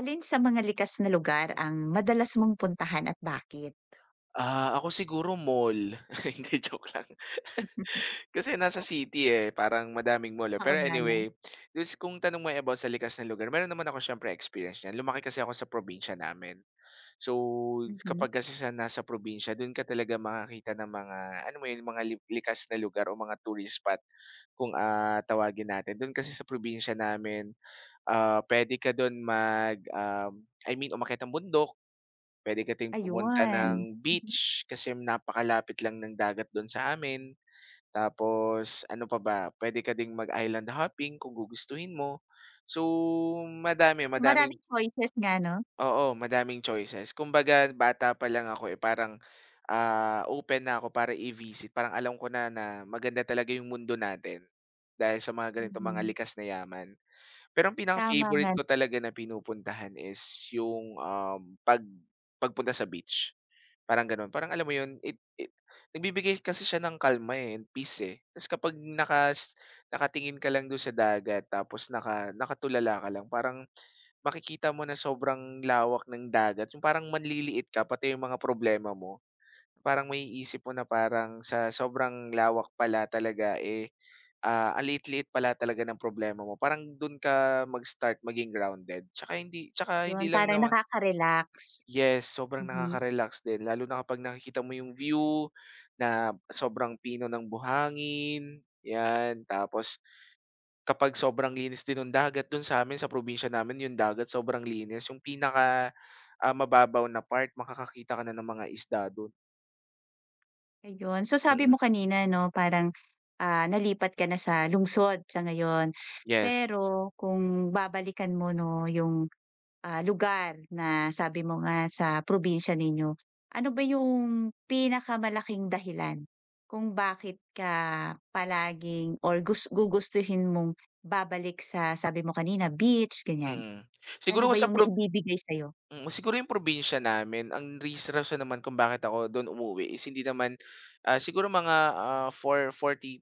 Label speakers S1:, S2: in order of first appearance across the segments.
S1: Alin sa mga likas na lugar ang madalas mong puntahan at bakit?
S2: Ako siguro mall. Hindi, joke lang. Kasi nasa
S1: O,
S2: city, eh, parang madaming mall, eh.
S1: oo
S2: Pero
S1: nga 'no.
S2: anyway, dun kung tanong mo, eh, about sa likas na lugar, meron naman ako siyempre experience niyan. Lumaki kasi ako sa probinsya namin. So,
S1: Mhm,
S2: kapag kasi sa nasa probinsya, dun ka talaga makakita ng mga, ano mo yun, mga likas na lugar o mga tourist spot kung, tawagin natin. Dun kasi sa probinsya namin, puwede ka dun I mean umakyat ng bundok. Puwede ka ding pumunta
S1: ayun.
S2: ng
S1: Mhm,
S2: beach kasi napakalapit lang ng dagat do'n sa amin. Tapos ano pa ba, puwede ka ding mag-island hopping kung gugustuhin mo. So, madaming
S1: maraming choices nga 'no?
S2: oo, madaming choices. Kumbaga bata pa lang ako, eh, parang, open na ako para i-visit. Parang alam ko na na maganda talaga yung mundo natin dahil sa mga ganitong mga
S1: Mhm,
S2: likas na yaman. Pero ang
S1: tama nga.
S2: pinaka-favorite ko talaga na pinupuntahan is yung, um, pag pagpunta sa beach. Parang gano'n. Parang alam mo 'yun, it nagbibigay kasi siya ng kalma, eh, and peace, eh. Ta's kapag nakatingin ka lang do'n sa dagat tapos nakatulala ka lang parang makikita mo na sobrang lawak ng dagat, yung parang manliliit ka pati yung mga problema mo. Parang may maiisip mo na parang sa sobrang lawak pala talaga, eh, ang liit-liit pala talaga ng problema mo. Parang do'n ka mag-start maging grounded. Tsaka
S1: Yun,
S2: hindi lang
S1: parang
S2: naman.
S1: nakaka-relax.
S2: Yes, sobrang
S1: Mhm.
S2: nakaka-relax din lalo na kapag nakikita mo yung view na sobrang pino ng buhangin, 'yan. Tapos kapag sobrang linis din nung dagat dun sa amin sa probinsya namin yung dagat sobrang linis, yung pinaka, mababaw na part makakakita ka na ng mga isda dun.
S1: Ayun. So,
S2: Mm,
S1: sabi
S2: mm.
S1: mo kanina 'no, parang, nalipat ka na sa lungsod sa ngayon.
S2: Yes,
S1: Pero kung babalikan mo 'no, yung, lugar na sabi mo nga sa probinsya ninyo, ano ba yung pinakamalaking dahilan kung bakit ka palaging or gugustuhin mong babalik sa sabi mo kanina beach,
S2: mm.
S1: ganyan?
S2: Mm.
S1: Ano
S2: Siguro
S1: ba
S2: kung sa
S1: yung
S2: prob
S1: naibibigay sa'yo?
S2: Mm, siguro yung probinsya namin ang rason naman kung bakit ako dun umuwi is hindi naman, ah, siguro mga, for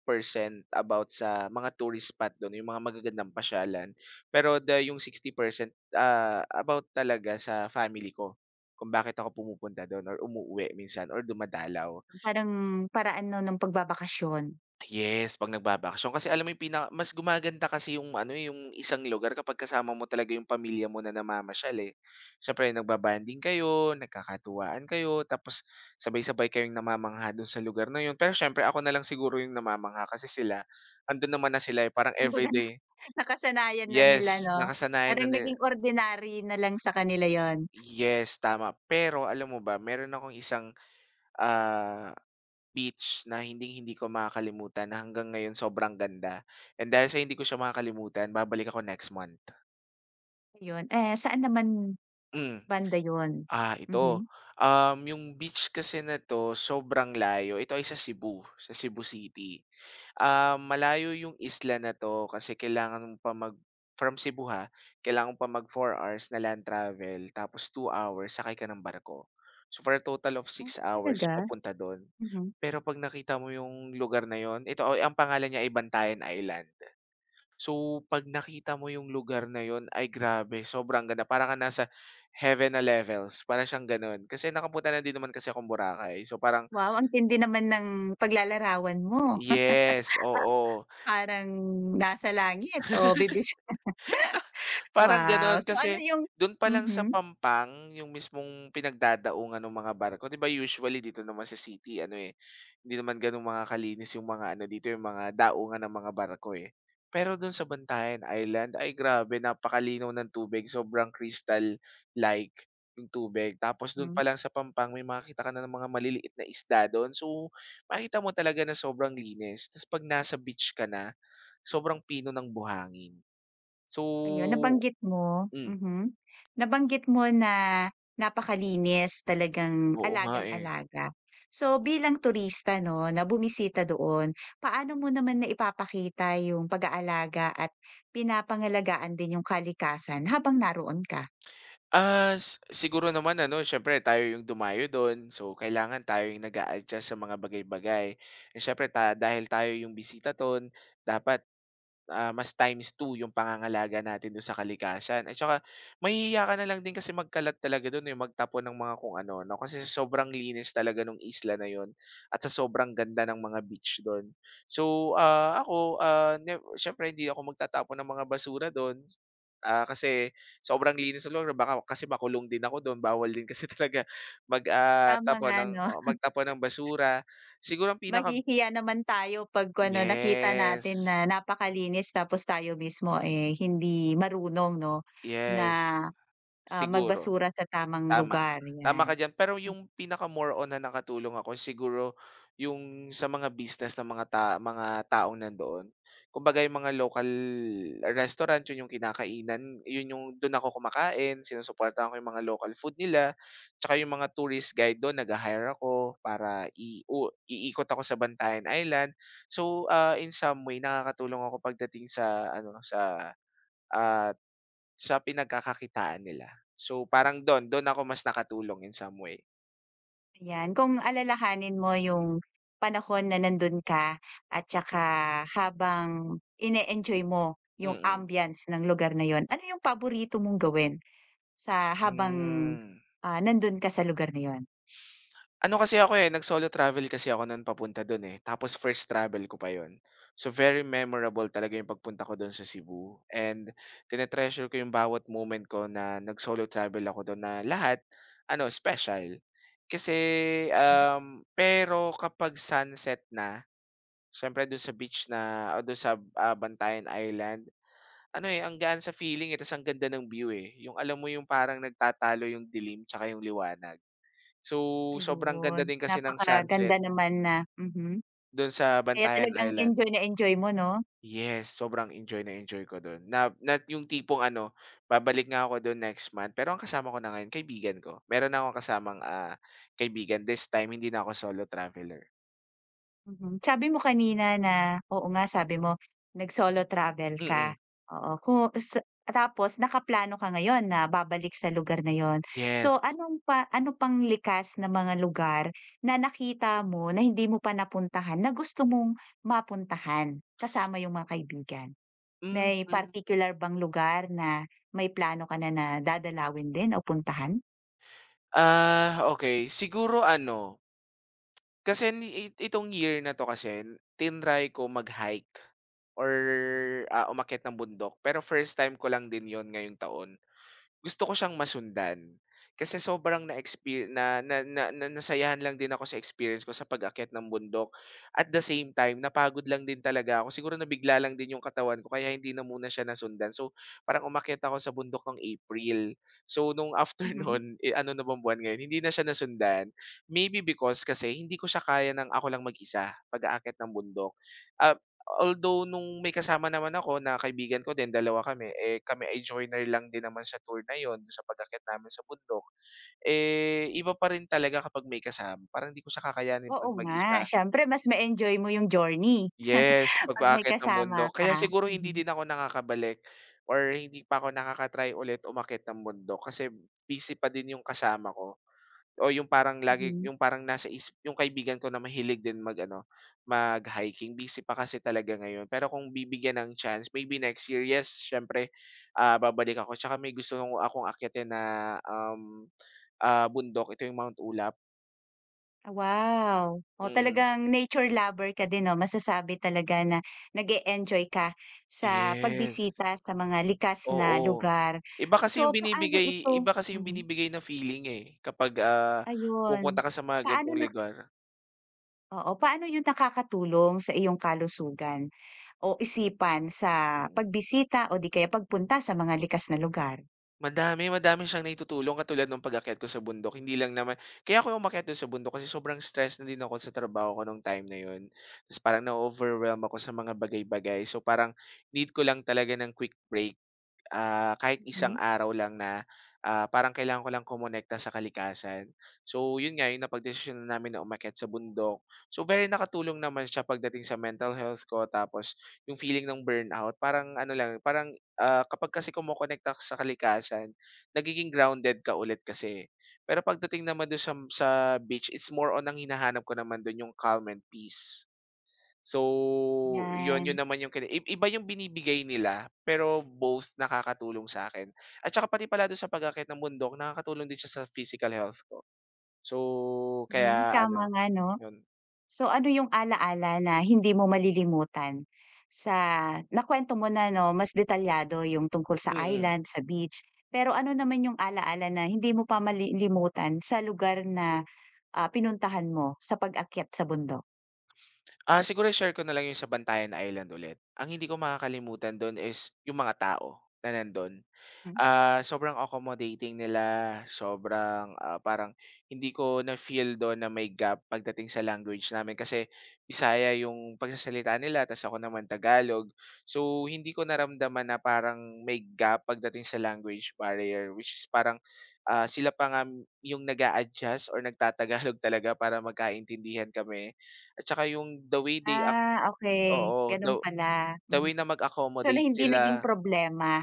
S2: percent about sa mga tourist spot dun, yung mga magagandang pasyalan. Pero the yung 60% about talaga sa family ko, kung bakit ako pumupunta dun or umuuwi minsan or dumadalaw.
S1: Parang paraan 'no ng pagbabakasyon.
S2: Yes, 'pag nagbabakasyon kasi alam mo yung pinaka mas gumaganda kasi yung ano, eh, yung isang lugar kapag kasama mo talaga yung pamilya mo na namamasyal, eh. Siyempre nagbabanding kayo, nagkakatuwaan kayo, tapos sabay-sabay kayong namamangha dun sa lugar na yun. Pero siyempre ako na lang siguro yung namamangha kasi sila andun naman na sila, eh, parang
S1: Kumbaga na
S2: everyday.
S1: nakasanayan na nila
S2: Yes,
S1: 'no,
S2: nakasanayan na
S1: parang
S2: ni
S1: naging ordinary na lang sa kanila yon.
S2: yes, tama. Pero alam mo ba meron akong isang, ah beach na hindi hindi ko makakalimutan na hanggang ngayon sobrang ganda. And dahil sa hindi ko siya makakalimutan, babalik ako next month.
S1: Ayun, eh, saan naman
S2: Hmm,
S1: banda yon?
S2: ah, ito,
S1: Mhm.
S2: yung beach kasi na 'to sobrang layo, ito ay sa Cebu City. Ah, malayo yung isla na 'to kasi kailangan mo pa mag from Cebu, ha, kailangan mo pa mag 4 hours na land travel tapos 2 hours sakay ka ng barko. So, for a total of
S1: Ah,
S2: 6 hours
S1: talaga?
S2: papunta dun.
S1: Mhm.
S2: Pero 'pag nakita mo yung lugar na yon, ito ay ang pangalan niya ay Bantayan Island. So, 'pag nakita mo yung lugar na yon ay grabe sobrang ganda, para kang nasa heaven na levels, para siyang ganun. Kasi nakapunta na din naman kasi akong Boracay, so parang
S1: Wow, ang tindi naman ng paglalarawan mo!
S2: yes, oo.
S1: Parang nasa langit o
S2: Parang
S1: wow.
S2: gano'n
S1: So ano
S2: kasi
S1: yung
S2: do'n pa lang sa
S1: mhm,
S2: Pampang, yung mismong pinagdadaungan ng mga barko, 'di ba, usually dito naman sa city ano, eh, hindi naman gano'n mga kalinis yung mga ano dito, yung mga daungan ng mga barko, eh. Pero do'n sa Bantayan Island, ay grabe napakalinaw ng tubig, sobrang crystal like yung tubig. Tapos do'n
S1: mhm.
S2: pa lang sa Pampang may makita ka na ng mga maliliit na isda do'n. So, makita mo talaga na sobrang linis. Tas 'pag nasa beach ka na, sobrang pino ng buhangin.
S1: Ayun,
S2: So Hmm,
S1: nabanggit mo na napakalinis, talagang
S2: oo nga, eh.
S1: alagang-alaga. So, bilang turista 'no, na bumisita doon, paano mo naman na ipapakita yung pag-aalaga at pinapangalagaan din yung kalikasan habang naroon ka?
S2: Ah, si siguro naman ano siyempre tayo yung dumayo dun, so kailangan tayo yung nag-a-adjust sa mga bagay-bagay. Eh, siyempre dahil tayo yung bisita dun, dapat, mas times two yung pangangalaga natin dun sa kalikasan at saka mahihiya ka na lang din kasi magkalat talaga dun, yung magtapon ng mga kung ano 'no, kasi sa sobrang linis talaga ng isla na yon, at sa sobrang ganda ng mga beach dun. So, ah, ako, ah, nev siyempre hindi ako magtatapon ng mga basura dun, kasi sobrang linis ng lugar, baka kasi makulong din ako don, bawal din kasi talaga
S1: Tama
S2: tapon
S1: nga
S2: ng
S1: 'no.
S2: oo, magtapon ng basura. Siguro ang pinaka
S1: Mahihiya naman tayo 'pag ano, nakita natin
S2: yes,
S1: na napakalinis tapos tayo mismo, eh, hindi marunong 'no, na,
S2: yes, siguro.
S1: magbasura sa tamang
S2: Tama,
S1: lugar,
S2: tama
S1: 'yan.
S2: ka diyan. Pero yung pinaka more on na nakatulong ako siguro yung sa mga business ng mga mga taong nandoon. Kumbaga yung mga local restaurant, yun yung kinakainan, yun yung dun ako kumakain, sinusuportahan ko yung mga local food nila, tsaka yung mga tourist guide dun nagha-hire ako para i u iikot ako sa Bantayan Island. So, ah, in some way nakakatulong ako pagdating sa ano, sa, ah sa pinagkakakitaan nila. So, parang dun ako mas nakatulong in some way.
S1: Ayan, kung alalahanin mo yung panahon na nandun ka at tsaka habang ine-enjoy mo yung
S2: Mm.
S1: ambience ng lugar na yon, ano yung paborito mong gawin sa habang,
S2: Hmm.
S1: ah, nandun ka sa lugar na yon?
S2: Ano kasi ako, eh, nag-solo travel kasi ako nun papunta dun, eh, tapos first travel ko pa yon. So, very memorable talaga yung pagpunta ko don sa Cebu and tine ko yung bawat moment ko na nag-solo travel ako don na lahat ano, special. Kasi,
S1: Hmm,
S2: pero kapag sunset na, siyempre dun sa beach na o dun sa, Bantayan Island ano, eh, ang gaan sa feeling, eh, tas ang ganda ng view, eh. Yung alam mo yung parang nagtatalo yung dilim tsaka yung liwanag. So, sobrang ganda
S1: ayun,
S2: din kasi ng sunset
S1: napakaganda naman na mhm,
S2: dun sa
S1: kaya
S2: Bantayan
S1: talagang
S2: Island.
S1: enjoy na enjoy mo 'no?
S2: Yes, sobrang enjoy na enjoy ko dun na na yung tipong ano, babalik nga ako dun next month, pero ang kasama ko na ngayon kaibigan ko. Meron na akong kasamang, kaibigan this time hindi na ako solo traveler.
S1: Mhm. Sabi mo kanina na oo, nga sabi mo nag-solo travel ka,
S2: Mm.
S1: oo. Kung sa tapos nakaplano ka ngayon na babalik sa lugar na yon,
S2: Yes.
S1: so anong pa ano pang likas na mga lugar na nakita mo na hindi mo pa napuntahan na gusto mong mapuntahan kasama yung mga kaibigan? May
S2: Mm.
S1: particular bang lugar na may plano ka na na dadalawin din o puntahan?
S2: Ah, okay siguro ano Kasi ni it itong year na 'to kasi tinray ko mag-hike or, umakyat ng bundok pero first time ko lang din yon ngayong taon. Gusto ko siyang masundan. Kasi sobrang na-exper na na na na nasayahan lang din ako sa experience ko sa pag-akyat ng bundok. At the same time, napagod lang din talaga ako. Siguro nabigla lang din yung katawan ko kaya hindi na muna siya nasundan. So, parang umakyat ako sa bundok ng April. So, nung
S1: Mhm.
S2: afternoon eh, ano na bang buwan ngayon, hindi na siya nasundan. Maybe because kasi hindi ko siya kaya ng ako lang mag-isa pag-aakyat ng bundok. Ah, Although nung may kasama naman ako na kaibigan ko din, dalawa kami, eh, kami ay joiner lang din naman sa tour na yon sa pag-akyat namin sa bundok. Eh, iba pa rin talaga kapag may kasama, parang hindi ko siya kakayanin
S1: Oo
S2: 'pag
S1: nga,
S2: mag-isa.
S1: siyempre mas ma-enjoy mo yung journey
S2: Yes, pag
S1: 'pag may
S2: paakyat ng
S1: kasama
S2: bundok. Kaya
S1: ka.
S2: siguro hindi
S1: Mhm,
S2: din ako nakakabalik or hindi pa ako ulit umakyat ng bundok kasi busy pa din yung kasama ko. O yung parang lagi
S1: mhm.
S2: yung parang nasa isip yung kaibigan ko na mahilig din mag-ano, mag-hiking, busy pa kasi talaga ngayon. Pero kung bibigyan ng chance, maybe next year, yes, siyempre, babalik ako. Tsaka may gusto nung akong akyatin na, um, bundok, ito yung Mount Ulap.
S1: Wow! Oh,
S2: Hmm,
S1: talagang nature lover ka din 'no, masasabi talaga na nag enjoy ka sa
S2: yes,
S1: pagbisita sa mga likas na
S2: oo.
S1: lugar. So, paano ito
S2: Iba kasi yung
S1: mhm,
S2: binibigay na feeling, eh, kapag,
S1: ayun.
S2: pumupunta ka sa mga
S1: Paano
S2: ganitong
S1: na
S2: lugar.
S1: oo, paano yun nakakatulong sa iyong kalusugan o isipan sa
S2: Mm.
S1: pagbisita o di kaya pagpunta sa mga likas na lugar?
S2: Madami siyang naitutulong katulad nung pag-akyat ko sa bundok. Hindi lang naman kaya ako umakyat dun sa bundok kasi sobrang stress na din ako sa trabaho ko nung time na yun. Tapos parang na-overwhelm ako sa mga bagay-bagay. So, parang need ko lang talaga ng quick break, kahit isang
S1: Mhm,
S2: araw lang na, parang kailangan ko lang kumonekta sa kalikasan. So, yun nga yung napagdesisyonan namin na umakyat sa bundok. So, very nakatulong naman siya pagdating sa mental health ko, tapos yung feeling ng burnout parang ano lang, parang, kapag kasi kumokonekta ka sa kalikasan, nagiging grounded ka ulit kasi. Pero pagdating naman dun sa beach, it's more on ang hinahanap ko naman dun yung calm and peace. So, yun yun
S1: 'yan.
S2: naman yung kini i iba yung binibigay nila, pero both nakakatulong sa akin. At saka pati pala dun sa pag-aakyat ng bundok nakakatulong din siya sa physical health ko. So,
S1: Mhm,
S2: kaya
S1: tama
S2: ano,
S1: nga 'no.
S2: yun.
S1: So ano yung ala-ala na hindi mo malilimutan sa nakwento mo na 'no, mas detalyado yung tungkol sa
S2: Mm.
S1: island, sa beach. Pero ano naman yung ala-ala na hindi mo pa malilimutan sa lugar na, pinuntahan mo sa pag-akyat sa bundok?
S2: Siguro share ko na lang yung sa Bantayan Island ulit. Ang hindi ko makakalimutan dun is yung mga tao na nandun.
S1: Hmm.
S2: Ah, sobrang accommodating nila, sobrang, parang hindi ko na-feel dun na may gap pagdating sa language namin kasi Bisaya yung pagsasalita nila ta's ako naman Tagalog. So, hindi ko naramdaman na parang may gap pagdating sa language barrier which is parang, sila pa nga yung nag-a-adjust or nagtatagalog talaga para magkaintindihan kami at saka yung the way they ac
S1: Ah, okay,
S2: oo,
S1: gano'n
S2: the
S1: pala,
S2: way
S1: mhm.
S2: na
S1: So na
S2: mag-accommodate sila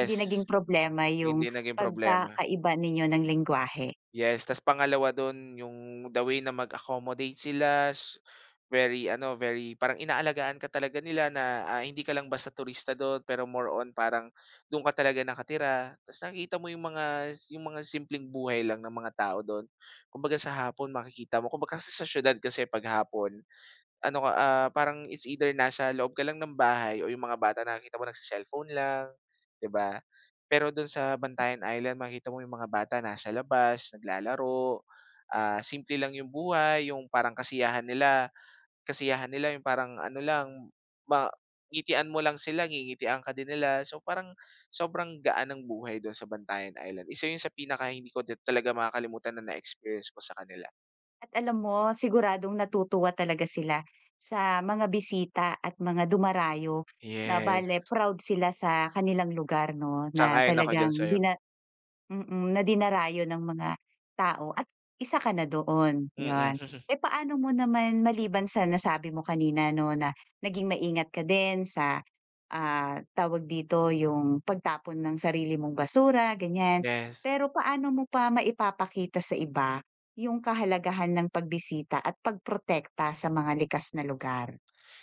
S1: hindi naging problema
S2: hindi
S1: yung
S2: naging problema.
S1: pagkakaiba ninyo ng lengguwahe?
S2: Yes, tas pangalawa dun yung the way na mag-accommodate sila, very ano, very parang inaalagaan ka talaga nila na, hindi ka lang basta turista dun pero more on parang dun ka talaga nakatira. Tas nakikita mo yung mga simpleng buhay lang ng mga tao dun. Kumbaga sa hapon makikita mo kumbaga kasi sa siyudad kasi 'pag hapon ano ka, parang it's either nasa loob ka lang ng bahay o yung mga bata nakikita mo nagse-cellphone lang, 'di ba? Pero dun sa Bantayan Island makikita mo yung mga bata nasa labas, naglalaro, simple lang yung buhay, yung parang kasiyahan nila yung parang ano lang, ma ngitian mo lang sila, ngingitian ka din nila. So, parang sobrang gaan ng buhay dun sa Bantayan Island. Isa yun sa pinaka hindi ko din talaga makakalimutan na na-experience ko sa kanila.
S1: At alam mo siguradong natutuwa talaga sila sa mga bisita at mga dumarayo, na
S2: Yes,
S1: bale proud sila sa kanilang lugar 'no, na
S2: sang-ayon ako diyan
S1: talagang
S2: sa'yo.
S1: bina— mm, na dinarayo ng mga tao at isa ka na doon, 'yon.
S2: Mm.
S1: Eh, paano mo naman maliban sa nasabi mo kanina 'no, na naging maingat ka din sa, tawag dito, yung pagtapon ng sarili mong basura, ganyan.
S2: Yes.
S1: Pero paano mo pa maipapakita sa iba yung kahalagahan ng pagbisita at pagprotekta sa mga likas na lugar?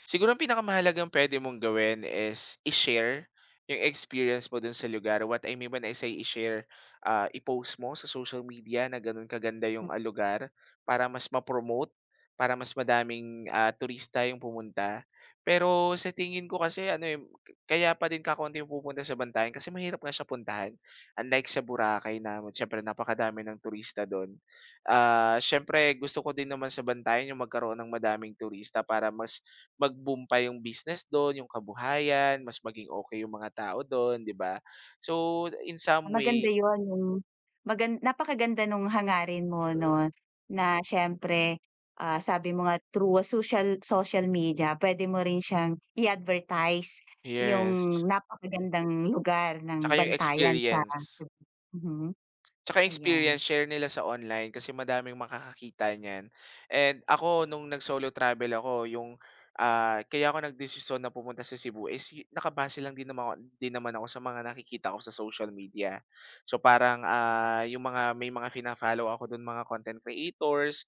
S2: Siguro ang pinakamahalagang pwede mong gawin is i-share yung experience mo dun sa lugar. What I mean when I say i-share, i-post mo sa social media na ganun kaganda yung, lugar para mas ma-promote, para mas madaming, turista yung pumunta. Pero sa tingin ko kasi ano, eh, kaya pa din kakaunti yung pumupunta sa Bantayan kasi mahirap nga siya puntahan. Unlike sa Boracay na siyempre napakadami ng turista dun. Ah, siyempre gusto ko din naman sa Bantayan yung magkaroon ng madaming turista para mas mag-boom pa yung business dun, yung kabuhayan, mas maging okay yung mga tao dun, 'di ba? So, in some way.
S1: Maganda yun, yung napakaganda nung hangarin mo
S2: Mm.
S1: 'no, na siyempre, sabi mo nga through a social social media pwede mo rin siyang i-advertise yung
S2: Yes,
S1: napakagandang lugar ng
S2: tsaka yung
S1: Bantayan sa
S2: experience.
S1: mhm,
S2: Tsaka experience
S1: ayan,
S2: share nila sa online kasi madaming makakakita niyan. And ako nung nag-solo travel ako yung, kaya ako nagdesisyon na pumunta sa Cebu is yu nakabase lang din naman ako sa mga nakikita ko sa social media. So parang, yung mga may mga fina-follow ako dun mga content creators,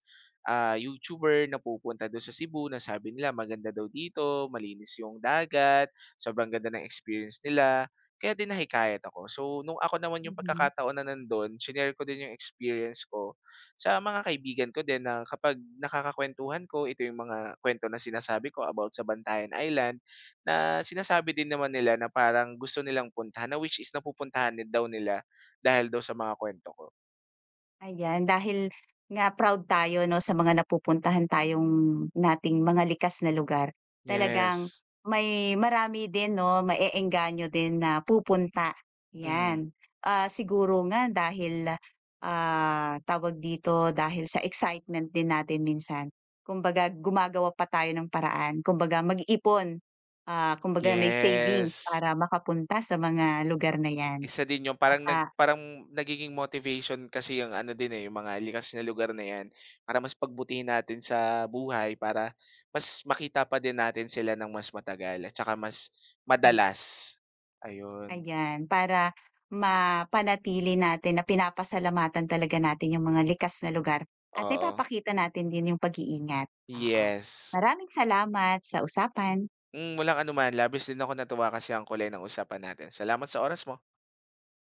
S2: YouTuber na pupunta doon sa Cebu na sabi nila maganda daw dito, malinis yung dagat, sobrang ganda ng experience nila. Kaya din nahikayat ako. So, nung ako naman yung
S1: mhm.
S2: pagkakataon na nandun, shinare ko din yung experience ko sa mga kaibigan ko din na kapag nakakakwentuhan ko, ito yung mga kwento na sinasabi ko about sa Bantayan Island, na sinasabi din naman nila na parang gusto nilang puntahan, na which is napupuntahan din daw nila dahil daw sa mga kwento ko.
S1: Ayan, dahil nga proud tayo 'no, sa mga napupuntahan tayong nating mga likas na lugar. Talagang
S2: Yes.
S1: may marami din 'no, maeengganyo din na pupunta,
S2: Mhm.
S1: 'yan. Ah, siguro nga dahil, tawag dito, dahil sa excitement din natin minsan. Kumbaga gumagawa pa tayo ng paraan, kumbaga mag-ipon, kumbaga may savings
S2: Yes.
S1: para makapunta sa mga lugar na 'yan
S2: Isa din 'yun
S1: at,
S2: parang
S1: ah—
S2: parang nagiging motivation kasi yung ano din, eh, yung mga likas na lugar na 'yan para mas pagbutihin natin sa buhay para mas makita pa din natin sila ng mas matagal at saka mas madalas. Ayun,
S1: ayan, para mapanatili natin na pinapasalamatan talaga natin yung mga likas na lugar at
S2: oo.
S1: naipapakita natin din yung pag-iingat, oo.
S2: Yes.
S1: Maraming salamat sa usapan.
S2: Hmm, walang anuman, labis din ako natuwa kasi ang kulay ng usapan natin. Salamat sa oras mo.